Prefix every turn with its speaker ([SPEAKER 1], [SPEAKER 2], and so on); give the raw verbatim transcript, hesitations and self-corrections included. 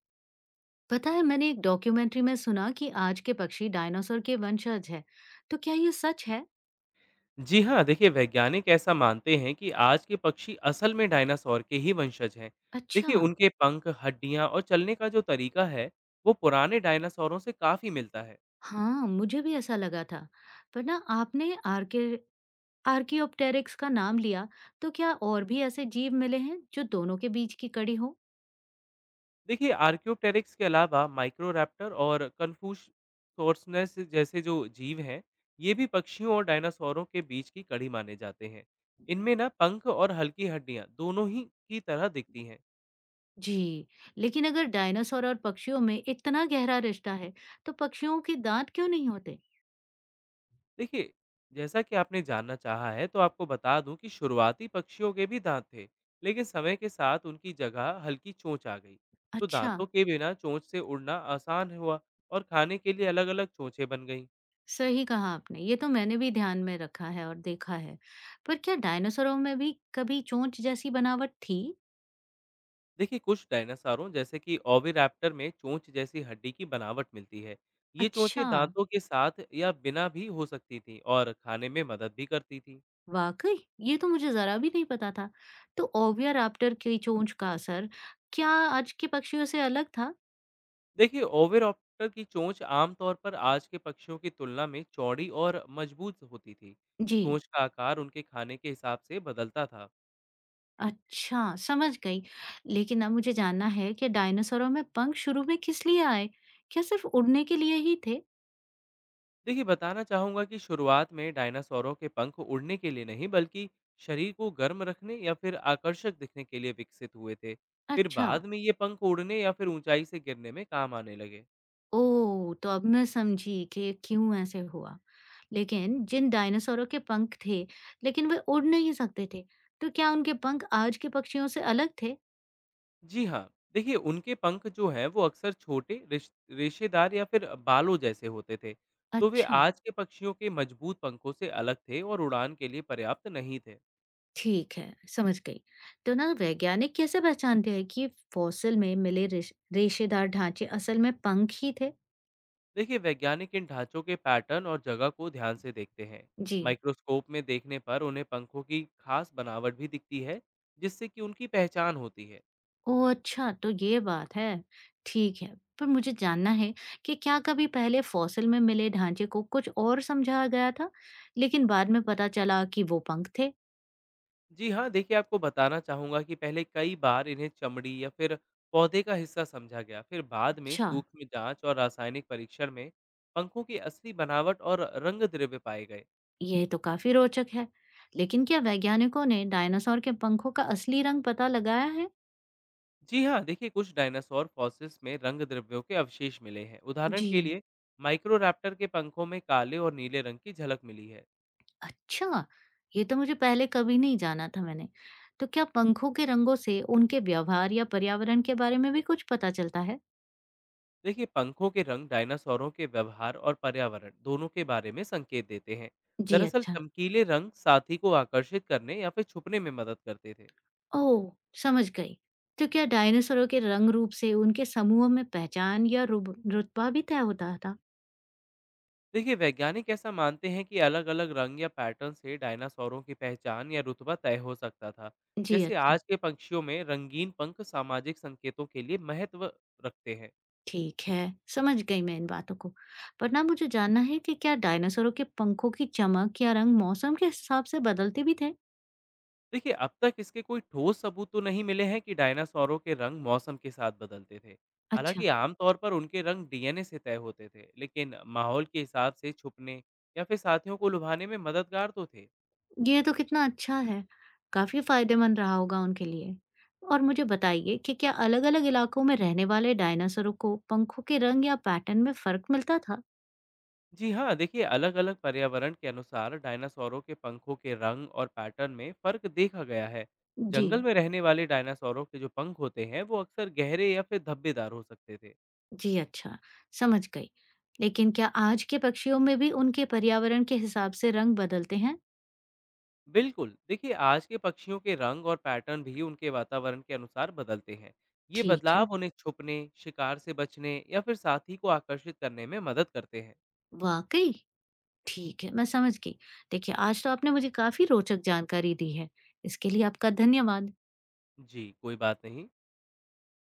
[SPEAKER 1] पता है मैंने एक डॉक्यूमेंट्री में सुना कि आज के पक्षी डायनासोर के वंशज है। तो क्या ये सच है।
[SPEAKER 2] जी हाँ। देखिए, वैज्ञानिक ऐसा मानते हैं कि आज के पक्षी असल में डायनासोर के ही वंशज हैं।
[SPEAKER 1] अच्छा।
[SPEAKER 2] देखिए, उनके पंख, हड्डियाँ और चलने का जो तरीका है, वो पुराने डायनासोरों से काफ़ी मिलता है।
[SPEAKER 1] हाँ मुझे भी ऐसा लगा था। पर ना आपने आर्के आर्कियोप्टेरिक्स का नाम लिया। तो क्या और भी ऐसे जीव मिले हैं जो दोनों के बीच की कड़ी हो।
[SPEAKER 2] देखिए, आर्क्योटेरिक्स के अलावा माइक्रोरैप्टर और कन्फ्यूशोर्सनेस जैसे जो जीव हैं, ये भी पक्षियों और डायनासोरों के बीच की कड़ी माने जाते हैं। इनमें ना पंख और हल्की हड्डियाँ दोनों ही की तरह दिखती हैं।
[SPEAKER 1] जी। लेकिन अगर डायनासोर और पक्षियों में इतना गहरा रिश्ता है तो पक्षियों के दांत क्यों नहीं होते।
[SPEAKER 2] देखिए, जैसा कि आपने जानना चाहा है, तो आपको बता दूं कि शुरुआती पक्षियों के भी दांत थे, लेकिन समय के साथ उनकी जगह हल्की चोंच आ गई। तो
[SPEAKER 1] अच्छा।
[SPEAKER 2] दांतों के बिना चोंच से उड़ना आसान हुआ, और खाने के लिए अलग अलग चोंचें बन गईं।
[SPEAKER 1] सही कहा आपने, ये तो मैंने भी ध्यान में रखा है और देखा है। पर क्या डायनासोरों में भी कभी चोंच जैसी बनावट थी।
[SPEAKER 2] देखिए, कुछ डायनासोरों, जैसे कि ओविराप्टर में, चोंच जैसी हड्डी की बनावट मिलती है। ये चोंचें
[SPEAKER 1] अच्छा।
[SPEAKER 2] दांतों के साथ या बिना भी हो सकती थी, और खाने में मदद भी करती थी।
[SPEAKER 1] वाकई, ये तो मुझे जरा भी नहीं पता था। तो ओवियर राप्टर की चोंच का असर क्या आज के पक्षियों से अलग था।
[SPEAKER 2] देखिए, ओविराप्टर की चोंच आमतौर पर आज के पक्षियों की तुलना में चौड़ी और मजबूत होती थी।
[SPEAKER 1] जी।
[SPEAKER 2] चोंच का आकार उनके खाने के हिसाब से बदलता था।
[SPEAKER 1] अच्छा, समझ गई। लेकिन अब मुझे जानना है कि डायनासोरों में पंख शुरू में किस लिए आए। क्या सिर्फ उड़ने के लिए ही थे।
[SPEAKER 2] देखिए, बताना चाहूंगा कि शुरुआत में डायनासोरों के पंख उड़ने के लिए नहीं, बल्कि शरीर को गर्म रखने या फिर आकर्षक दिखने के लिए विकसित हुए थे। फिर
[SPEAKER 1] अच्छा।
[SPEAKER 2] बाद में ये पंख उड़ने या फिर ऊंचाई से गिरने में काम आने लगे।
[SPEAKER 1] ओह! तो अब मैं समझी कि क्यों ऐसे हुआ। लेकिन जिन डायनासोरों के पंख थे, लेकिन वे उड़ नहीं सकते थे, तो क्या उनके पंख आज के पक्षियों से अलग थे?
[SPEAKER 2] जी हाँ, देखिए उनके पंख जो हैं वो अक्सर छोटे, रिश रेशेदार या फिर बालों जैसे होते थे। तो वे
[SPEAKER 1] अच्छा।
[SPEAKER 2] आज के पक्षियों के मजबूत पंखों से अलग थे और उड़ान के लिए पर्याप्त नहीं थे।
[SPEAKER 1] ठीक है, समझ गई। तो ना वैज्ञानिक कैसे पहचानते हैं कि फॉसिल में मिले रेश रेशेदार ढांचे असल में पंख ही थे?
[SPEAKER 2] देखिए, वैज्ञानिक इन ढांचों के पैटर्न और जगह को ध्यान से देखते हैं।
[SPEAKER 1] जी।
[SPEAKER 2] माइक्रोस्कोप में देखने पर उन्हें पंखों की खास बनावट भी दिखती है, जिससे कि उनकी पहचान होती है।
[SPEAKER 1] ओह! अच्छा, तो ये बात है। ठीक है, पर मुझे जानना है कि क्या कभी पहले फॉसिल में मिले ढांचे को कुछ और समझा गया था, लेकिन बाद में पता चला कि वो पंख थे?
[SPEAKER 2] जी हाँ, देखिए आपको बताना चाहूँगा कि पहले कई बार इन्हें चमड़ी या फिर पौधे का हिस्सा समझा गया। फिर बाद में
[SPEAKER 1] अच्छा।
[SPEAKER 2] सूक्ष्म जांच और रासायनिक परीक्षण में पंखों की असली बनावट और रंग द्रव्य पाए गए।
[SPEAKER 1] ये तो काफ़ी रोचक है। लेकिन क्या वैज्ञानिकों ने डायनासोर के पंखों का असली रंग पता लगाया है?
[SPEAKER 2] जी हाँ, देखिए कुछ डायनासोर फॉसिल्स में रंग द्रव्यों के अवशेष मिले हैं। उदाहरण के
[SPEAKER 1] जी।
[SPEAKER 2] लिए माइक्रोरैप्टर के पंखों में काले और नीले रंग की झलक मिली है।
[SPEAKER 1] अच्छा, ये तो मुझे पहले कभी नहीं जाना था मैंने। तो क्या पंखों के रंगों से उनके व्यवहार या पर्यावरण के बारे में भी कुछ पता चलता है?
[SPEAKER 2] देखिए, पंखों के रंग डायनासोरों के व्यवहार और पर्यावरण दोनों के बारे में संकेत देते हैं।
[SPEAKER 1] जी,
[SPEAKER 2] दरअसल
[SPEAKER 1] अच्छा।
[SPEAKER 2] चमकीले रंग साथी को आकर्षित करने या फिर छुपने में मदद करते थे।
[SPEAKER 1] ओह! समझ गई। तो क्या डायनासोरों के रंग रूप से उनके समूह में पहचान या रुब रुतबा भी तय होता था?
[SPEAKER 2] देखिए, वैज्ञानिक ऐसा मानते हैं कि अलग अलग रंग या पैटर्न से डायनासोरों की पहचान या रुतबा तय हो सकता था।
[SPEAKER 1] जी,
[SPEAKER 2] जैसे
[SPEAKER 1] अच्छा।
[SPEAKER 2] आज के पंक्षियों में रंगीन पंख सामाजिक संकेतों के लिए महत्व रखते हैं।
[SPEAKER 1] ठीक है, समझ गई मैं इन बातों को। पर ना मुझे जानना है कि क्या डायनासोरों के पंखों की चमक या रंग मौसम के हिसाब से बदलते भी थे?
[SPEAKER 2] देखिए, अब तक इसके कोई ठोस सबूत तो नहीं मिले हैं कि डायनासोरों के रंग मौसम के साथ बदलते थे।
[SPEAKER 1] अच्छा।
[SPEAKER 2] हालांकि आमतौर पर उनके रंग डी एन ए से तय होते थे, लेकिन माहौल के हिसाब से छुपने या फिर साथियों को लुभाने में मददगार तो थे।
[SPEAKER 1] ये तो कितना अच्छा है। काफ़ी फ़ायदेमंद रहा होगा उनके लिए। और मुझे बताइए कि क्या अलग-अलग इलाकों में रहने वाले डायनासोरों को पंखों के रंग या पैटर्न में फ़र्क मिलता था?
[SPEAKER 2] जी हाँ, देखिए अलग अलग पर्यावरण के अनुसार डायनासोरों के पंखों के रंग और पैटर्न में फर्क देखा गया है।
[SPEAKER 1] जी।
[SPEAKER 2] जंगल में रहने वाले डायनासोरों के जो पंख होते हैं वो अक्सर गहरे या फिर धब्बेदार हो सकते थे।
[SPEAKER 1] जी अच्छा, समझ गई। लेकिन क्या आज के पक्षियों में भी उनके पर्यावरण के हिसाब से रंग बदलते हैं? जी।
[SPEAKER 2] बिल्कुल, देखिए आज के पक्षियों के रंग और पैटर्न भी उनके वातावरण के अनुसार बदलते हैं। ये
[SPEAKER 1] ठीक है।
[SPEAKER 2] बदलाव उन्हें छुपने, शिकार से बचने या फिर साथी को आकर्षित करने में मदद करते हैं।
[SPEAKER 1] वाकई? ठीक है, मैं समझ गई। देखिए, आज तो आपने मुझे काफ़ी रोचक जानकारी दी है। इसके लिए आपका धन्यवाद।
[SPEAKER 2] जी, कोई बात नहीं।